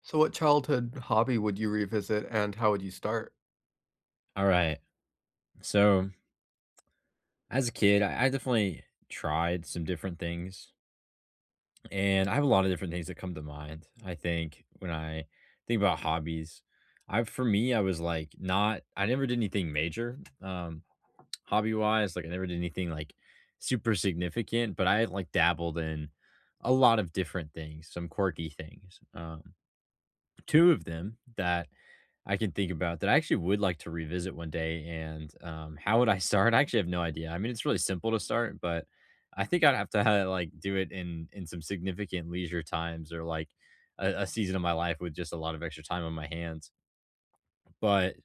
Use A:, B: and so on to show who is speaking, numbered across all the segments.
A: So what childhood hobby would you revisit and how would you start?
B: All right. So as a kid, I definitely tried some different things, and I have a lot of different things that come to mind. I think when I think about hobbies, I for me, I was like not. I never did anything major, hobby wise. Like I never did anything like super significant, but I like dabbled in a lot of different things, some quirky things. 2 of them that I can think about that I actually would like to revisit one day, and, how would I start? I actually have no idea. I mean, it's really simple to start, but I think I'd have to ha like, do it in some significant leisure times or, like, a season of my life with just a lot of extra time on my hands. But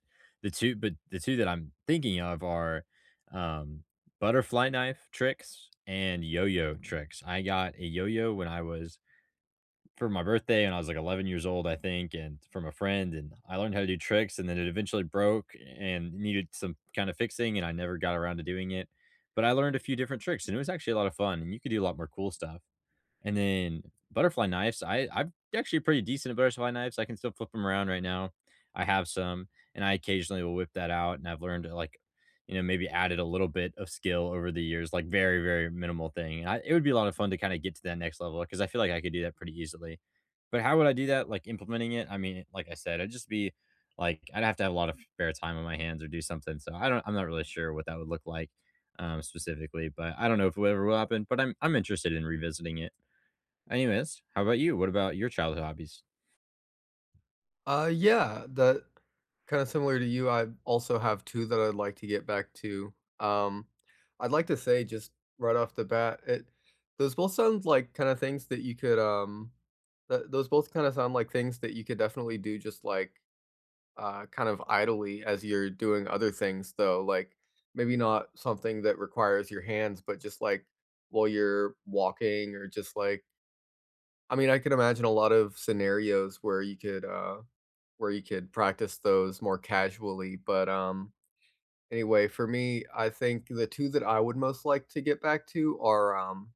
B: the 2 that I'm thinking of are, um, butterfly knife tricks and yo-yo tricks. I got a yo-yo when I was for my birthday when I was like 11 years old, I think, and from a friend. And I learned how to do tricks, and then it eventually broke and needed some kind of fixing, and I never got around to doing it. But I learned a few different tricks, and it was actually a lot of fun, and you could do a lot more cool stuff. And then butterfly knives, I'm actually pretty decent at butterfly knives. I can still flip them around right now. I have some, and I occasionally will whip that out, and I've learned to, like, you know, maybe added a little bit of skill over the years, like, very, very minimal thing. And I it would be a lot of fun to kinda get to that next level because I feel like I could do that pretty easily. But how would I do that, like, implementing it? I mean, like I said, it'd just be, like I'd have to have a lot of spare time on my hands or do something, so I'm not really sure what that would look like, specifically, but I don't know if it ever will happen, but I'm interested in revisiting it. Anyways, how about you? What about your childhood hobbies?
A: Yeah, that kind of similar to you. I also have two that I'd like to get back to. Um I'd like to say just right off the bat, it those both sound like kind of things that you could th- those both kind of sound like things that you could definitely do just kind of idly as you're doing other things, though, like maybe not something that requires your hands, but just while you're walking or just like I mean, I could imagine a lot of scenarios where you could practice those more casually, but, anyway, for me, I think the 2 that I would most like to get back to are,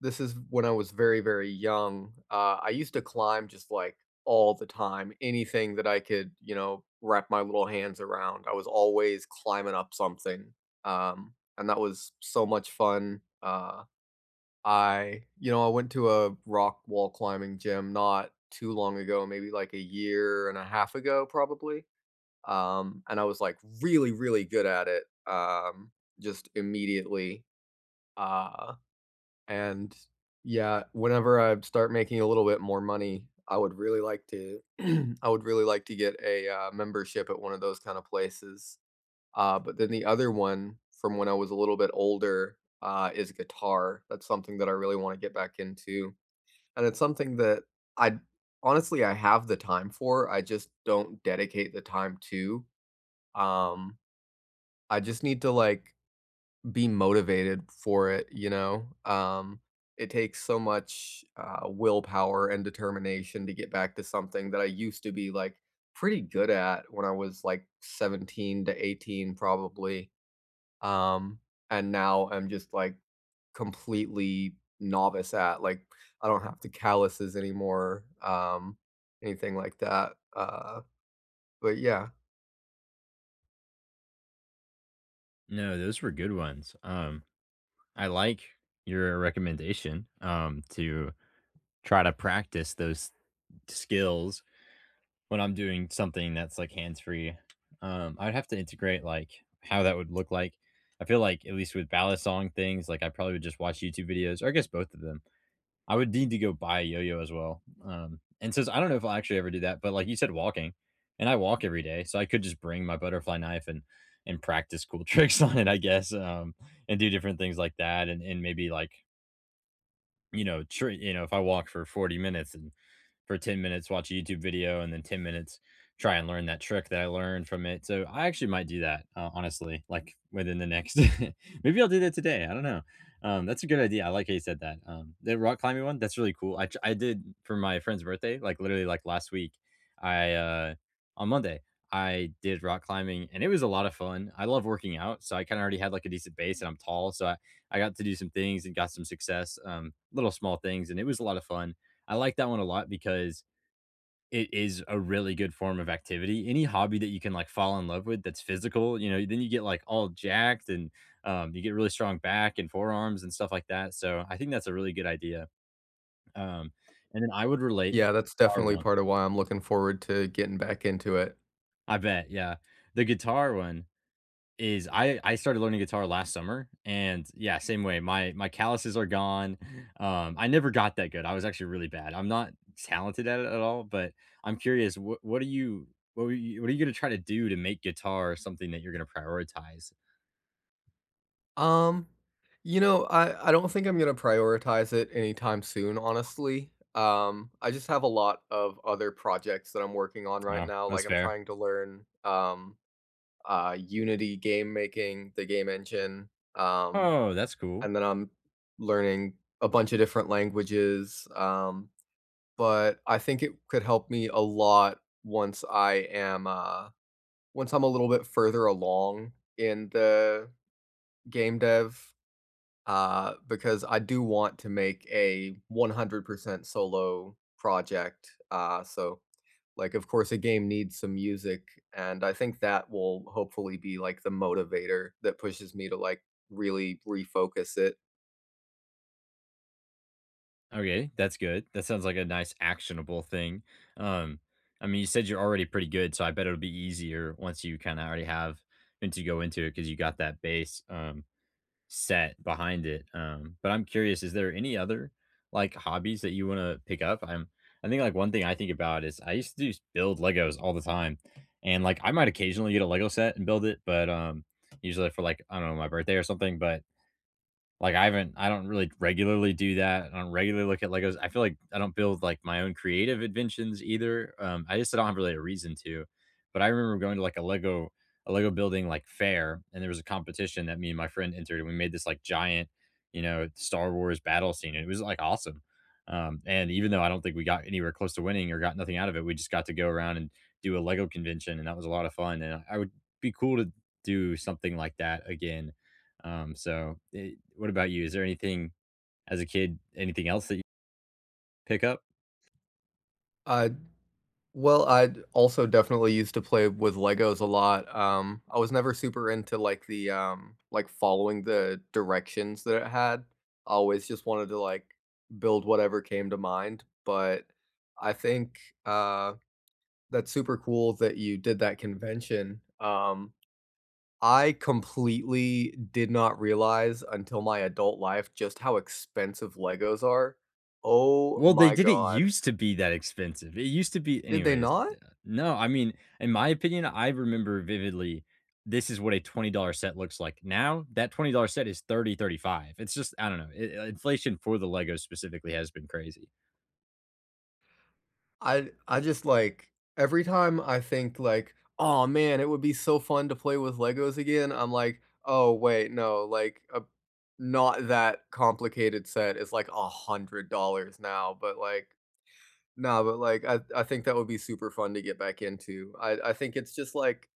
A: this is when I was very, very young. Uh, I used to climb just, like, all the time. Anything that I could, you know, wrap my little hands around, I was always climbing up something, and that was so much fun. Uh, I went to a rock wall climbing gym not too long ago, maybe like a year and a half ago probably, and I was, like, really, really good at it, just immediately, uh, and yeah, whenever I start making a little bit more money, I would really like to I would really like to get a, membership at one of those kinda places. But then the other one from when I was a little bit older, is guitar. That's something that I really wanna get back into, and it's something that I honestly, I have the time for, I just don't dedicate the time to. Um, I just need to, like, be motivated for it, you know? It takes so much, willpower and determination to get back to something that I used to be, like, pretty good at when I was, like, 17 to 18 probably. Um, and now I'm just, like, completely novice at, like, I don't have to calluses anymore, anything like that, but yeah.
B: No, those were good ones. I like your recommendation to try to practice those skills when I'm doing something that's like hands-free. I'd have to integrate like how that would look like. I feel like at least with ballad song things, like I probably would just watch YouTube videos, or I guess both of them. I would need to go buy a yo-yo as well. And since I don't know if I'll actually ever do that, but like you said, walking, and I walk every day, so I could just bring my butterfly knife and practice cool tricks on it, I guess, and do different things like that, and maybe like you know, tr you know, if I walk for 40 minutes and for 10 minutes watch a YouTube video and then 10 minutes try and learn that trick that I learned from it. So I actually might do that, honestly, like within the next maybe I'll do that today. I don't know. That's a good idea. I like how you said that. The rock climbing one, that's really cool. I did for my friend's birthday, like literally like last week. I on Monday, I did rock climbing and it was a lot of fun. I love working out, so I kind of already had like a decent base and I'm tall, so I got to do some things and got some success, little small things, and it was a lot of fun. I like that one a lot because it is a really good form of activity. Any hobby that you can like fall in love with that's physical, you know, then you get like all jacked and you get really strong back and forearms and stuff like that. So I think that's a really good idea. Um, and then I would relate
A: Yeah, that's
B: our
A: definitely
B: one.
A: part of why I'm looking forward to getting back into it.
B: I bet, yeah, the guitar one. Is I started learning guitar last summer and yeah, same way. My calluses are gone. I never got that good. I was actually really bad. I'm not talented at it at all, but I'm curious. What are you what are you going to try to do to make guitar something that you're going to prioritize?
A: Um, you know, I don't think I'm gonna prioritize it anytime soon, honestly. I just have a lot of other projects that I'm working on right
B: Oh,
A: now,
B: that's
A: like, I'm
B: fair.
A: trying to learn, Unity game making, the game engine,
B: Oh, that's cool.
A: and then I'm learning a bunch of different languages. But I think it could help me a lot once I'm a little bit further along in the game dev, because I do want to make a 100% solo project. So like, of course, a game needs some music, and I think that will hopefully be, like, the motivator that pushes me to, like, really refocus it.
B: Okay, that's good. That sounds like a nice actionable thing. Um, I mean, you said you're already pretty good, so I bet it'll be easier once you kind of already have once you go into it because you got that base. Set behind it. But I'm curious, is there any other like hobbies that you want to pick up? I think like one thing I think about is I used to just build Legos all the time. And like I might occasionally get a Lego set and build it, but usually for like I don't know, my birthday or something, but like, I don't really regularly do that. I don't regularly look at Legos. I feel like I don't build, like, my own creative inventions either. I just don't have really a reason to. But I remember going to, like, a Lego building, like, fair, and there was a competition that me and my friend entered, and we made this, like, giant, you know, Star Wars battle scene, and it was, like, awesome. And even though I don't think we got anywhere close to winning or got nothing out of it, we just got to go around and do a Lego convention, and that was a lot of fun, and I would be cool to do something like that again. So, what about you? Is there anything as a kid, anything else that you pick up?
A: Uh, well, I also definitely used to play with Legos a lot, I was never super into, like, following the directions that it had. I always just wanted to, like, build whatever came to mind, but I think, uh, that's super cool that you did that convention. Um, I completely did not realize until my adult life just how expensive Legos are. Oh
B: Well, they
A: my
B: didn't
A: god.
B: used to be that expensive. It used to be,
A: Did they
B: anyways.
A: not?
B: No, I mean, in my opinion, I remember vividly this is what a $20 set looks like. Now, that $20 set is 30 35. It's just, I don't know. Inflation for the Legos specifically has been crazy.
A: I just, like, every time I think, like, "Oh man, it would be so fun to play with Legos again," I'm like, "Oh, wait, no," like, a not that complicated set is, like, $100 now, but, like no, but, like, I think that would be super fun to get back into. I think it's just, like,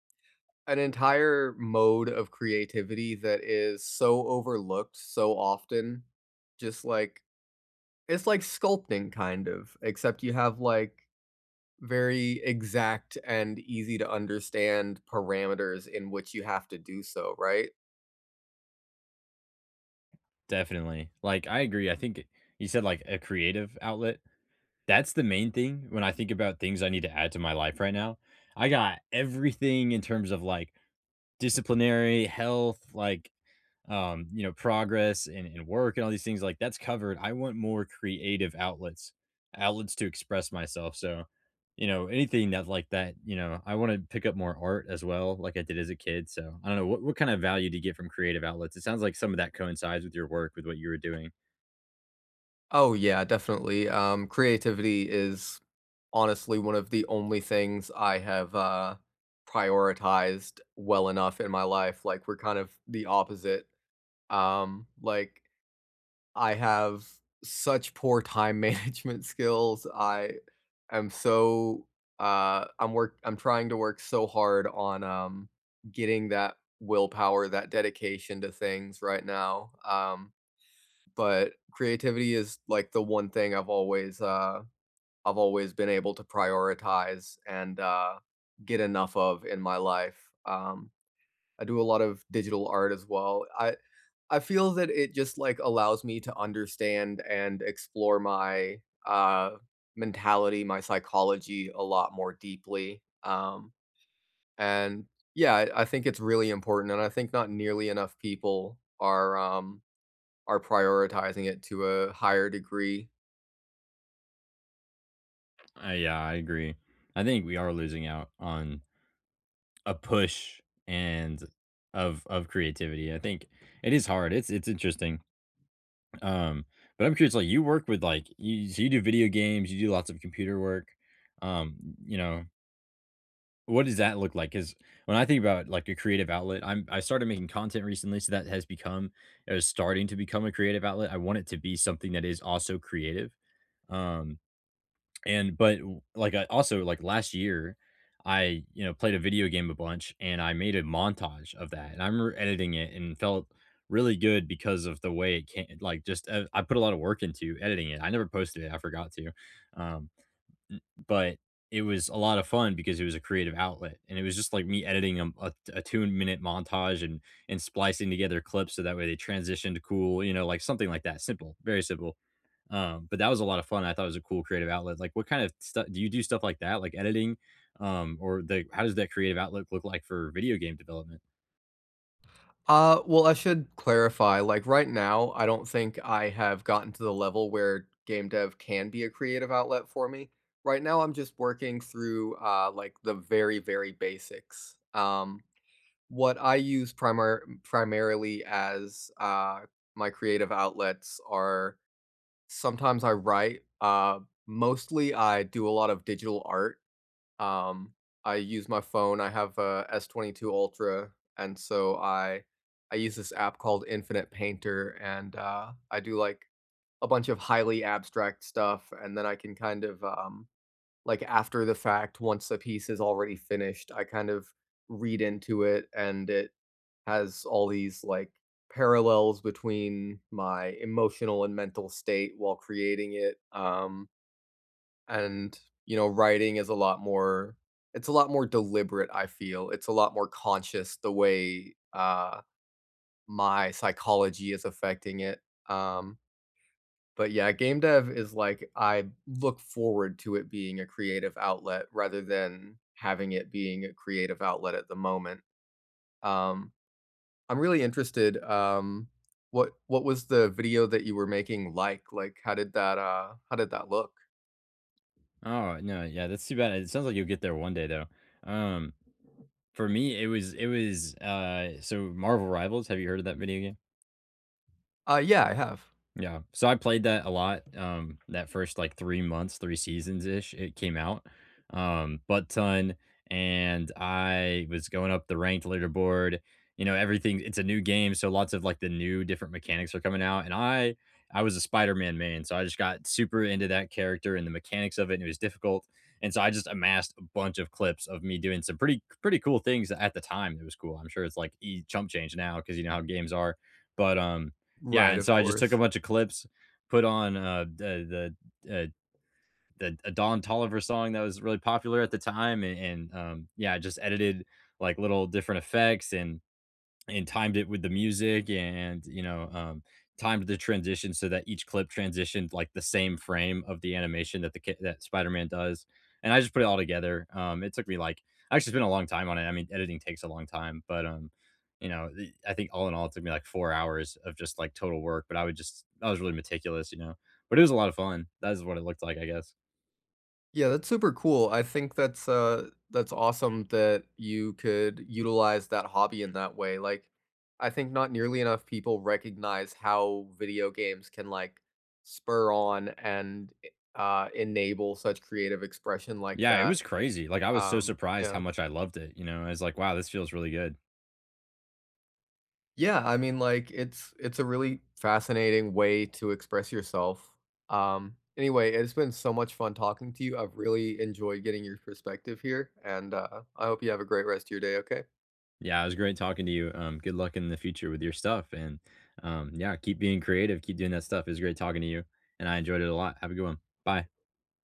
A: an entire mode of creativity that is so overlooked so often. Just like it's like sculpting kind of, except you have like very exact and easy to understand parameters in which you have to do so, right?
B: Definitely. Like, I agree. I think you said like a creative outlet. That's the main thing when I think about things I need to add to my life right now. I got everything in terms of like disciplinary, health, like, you know, progress and work and all these things like that's covered. I want more creative outlets, outlets to express myself. So, you know, anything that like that, you know, I want to pick up more art as well, like I did as a kid. So I don't know what kind of value do you get from creative outlets? It sounds like some of that coincides with your work, with what you were doing.
A: Oh yeah, definitely. Creativity is honestly one of the only things I have, prioritized well enough in my life. Like we're kind of the opposite. Like I have such poor time management skills. I am so I'm work I'm trying to work so hard on, um, getting that willpower, that dedication to things right now. Um, but creativity is like the one thing I've always been able to prioritize and, uh, get enough of in my life. Um, I do a lot of digital art as well. I feel that it just, like, allows me to understand and explore my, mentality, my psychology a lot more deeply, and, yeah, I think it's really important, and I think not nearly enough people are prioritizing it to a higher degree.
B: Yeah, I agree. I think we are losing out on a push and of creativity. I think it is hard. It's interesting. Um, but I'm curious, like you work with like you so you do video games, you do lots of computer work. Um, you know, what does that look like? Because when I think about like a creative outlet, I started making content recently, so that has become or is starting to become a creative outlet. I want it to be something that is also creative. Um, and but w like, I also, like, last year, I, you know, played a video game a bunch, and I made a montage of that, and I remember editing it and felt really good because of the way it came like, just, I put a lot of work into editing it. I never posted it, I forgot to, um, n but it was a lot of fun because it was a creative outlet, and it was just, like, me editing, a 2-minute montage and splicing together clips so that way they transitioned cool, you know, like, something like that, simple, very simple. But that was a lot of fun. I thought it was a cool creative outlet. Like, what kind of stuff do you do? Stuff like that, like editing, or the how does that creative outlook look like for video game development?
A: Well, I should clarify, like, right now, I don't think I have gotten to the level where game dev can be a creative outlet for me. Right now, I'm just working through, like, the very, very basics. What I use primarily as, my creative outlets are sometimes I write, mostly I do a lot of digital art. Um, I use my phone, I have a S22 Ultra, and so I use this app called Infinite Painter, and, I do, like, a bunch of highly abstract stuff, and then I can kind of, like, after the fact, once a piece is already finished, I kind of read into it, and it has all these, like, parallels between my emotional and mental state while creating it, um, and, you know, writing is a lot more it's a lot more deliberate, I feel. It's a lot more conscious the way, my psychology is affecting it. Um, but yeah, game dev is like I look forward to it being a creative outlet rather than having it being a creative outlet at the moment. Um, I'm really interested, what was the video that you were making like? Like, how did that look?
B: Oh no, yeah, that's too bad. It sounds like you'll get there one day though. Um, for me, it was so Marvel Rivals. Have you heard of that video game?
A: Yeah, I have.
B: Yeah. So I played that a lot. That first like 3 months, three seasons ish, it came out. Butt ton. And I was going up the ranked leaderboard. You know, everything it's a new game, so lots of like the new different mechanics are coming out. And I was a Spider-Man man, so I just got super into that character and the mechanics of it, and it was difficult. And so I just amassed a bunch of clips of me doing some pretty pretty cool things at the time. It was cool. I'm sure it's like e chump change now because you know how games are. But yeah,
A: Right,
B: and
A: of
B: so I just took a
A: course.
B: bunch of clips, put on, the, uh, the a Don Toliver song that was really popular at the time, and yeah, I just edited, like, little different effects and timed it with the music and you know timed the transition so that each clip transitioned like the same frame of the animation that that Spider-Man does, and I just put it all together. It took me like I actually spent a long time on it. I mean editing takes a long time, but you know, I think all in all it took me like 4 hours of just like total work, but I would just I was really meticulous, you know. But it was a lot of fun. That is what it looked like, I guess.
A: Yeah, that's super cool. I think that's awesome that you could utilize that hobby in that way. Like I think not nearly enough people recognize how video games can like spur on and enable such creative expression like
B: Yeah, it
A: that.
B: was crazy. Like, I was so surprised how
A: Yeah.
B: much I loved it, you know. I was like, wow, this feels really good.
A: Yeah, I mean, like, it's a really fascinating way to express yourself. Anyway, it's been so much fun talking to you. I've really enjoyed getting your perspective here, and I hope you have a great rest of your day, okay?
B: Yeah, it was great talking to you. Good luck in the future with your stuff. And yeah, keep being creative, keep doing that stuff. It was great talking to you. And I enjoyed it a lot. Have a good one. Bye.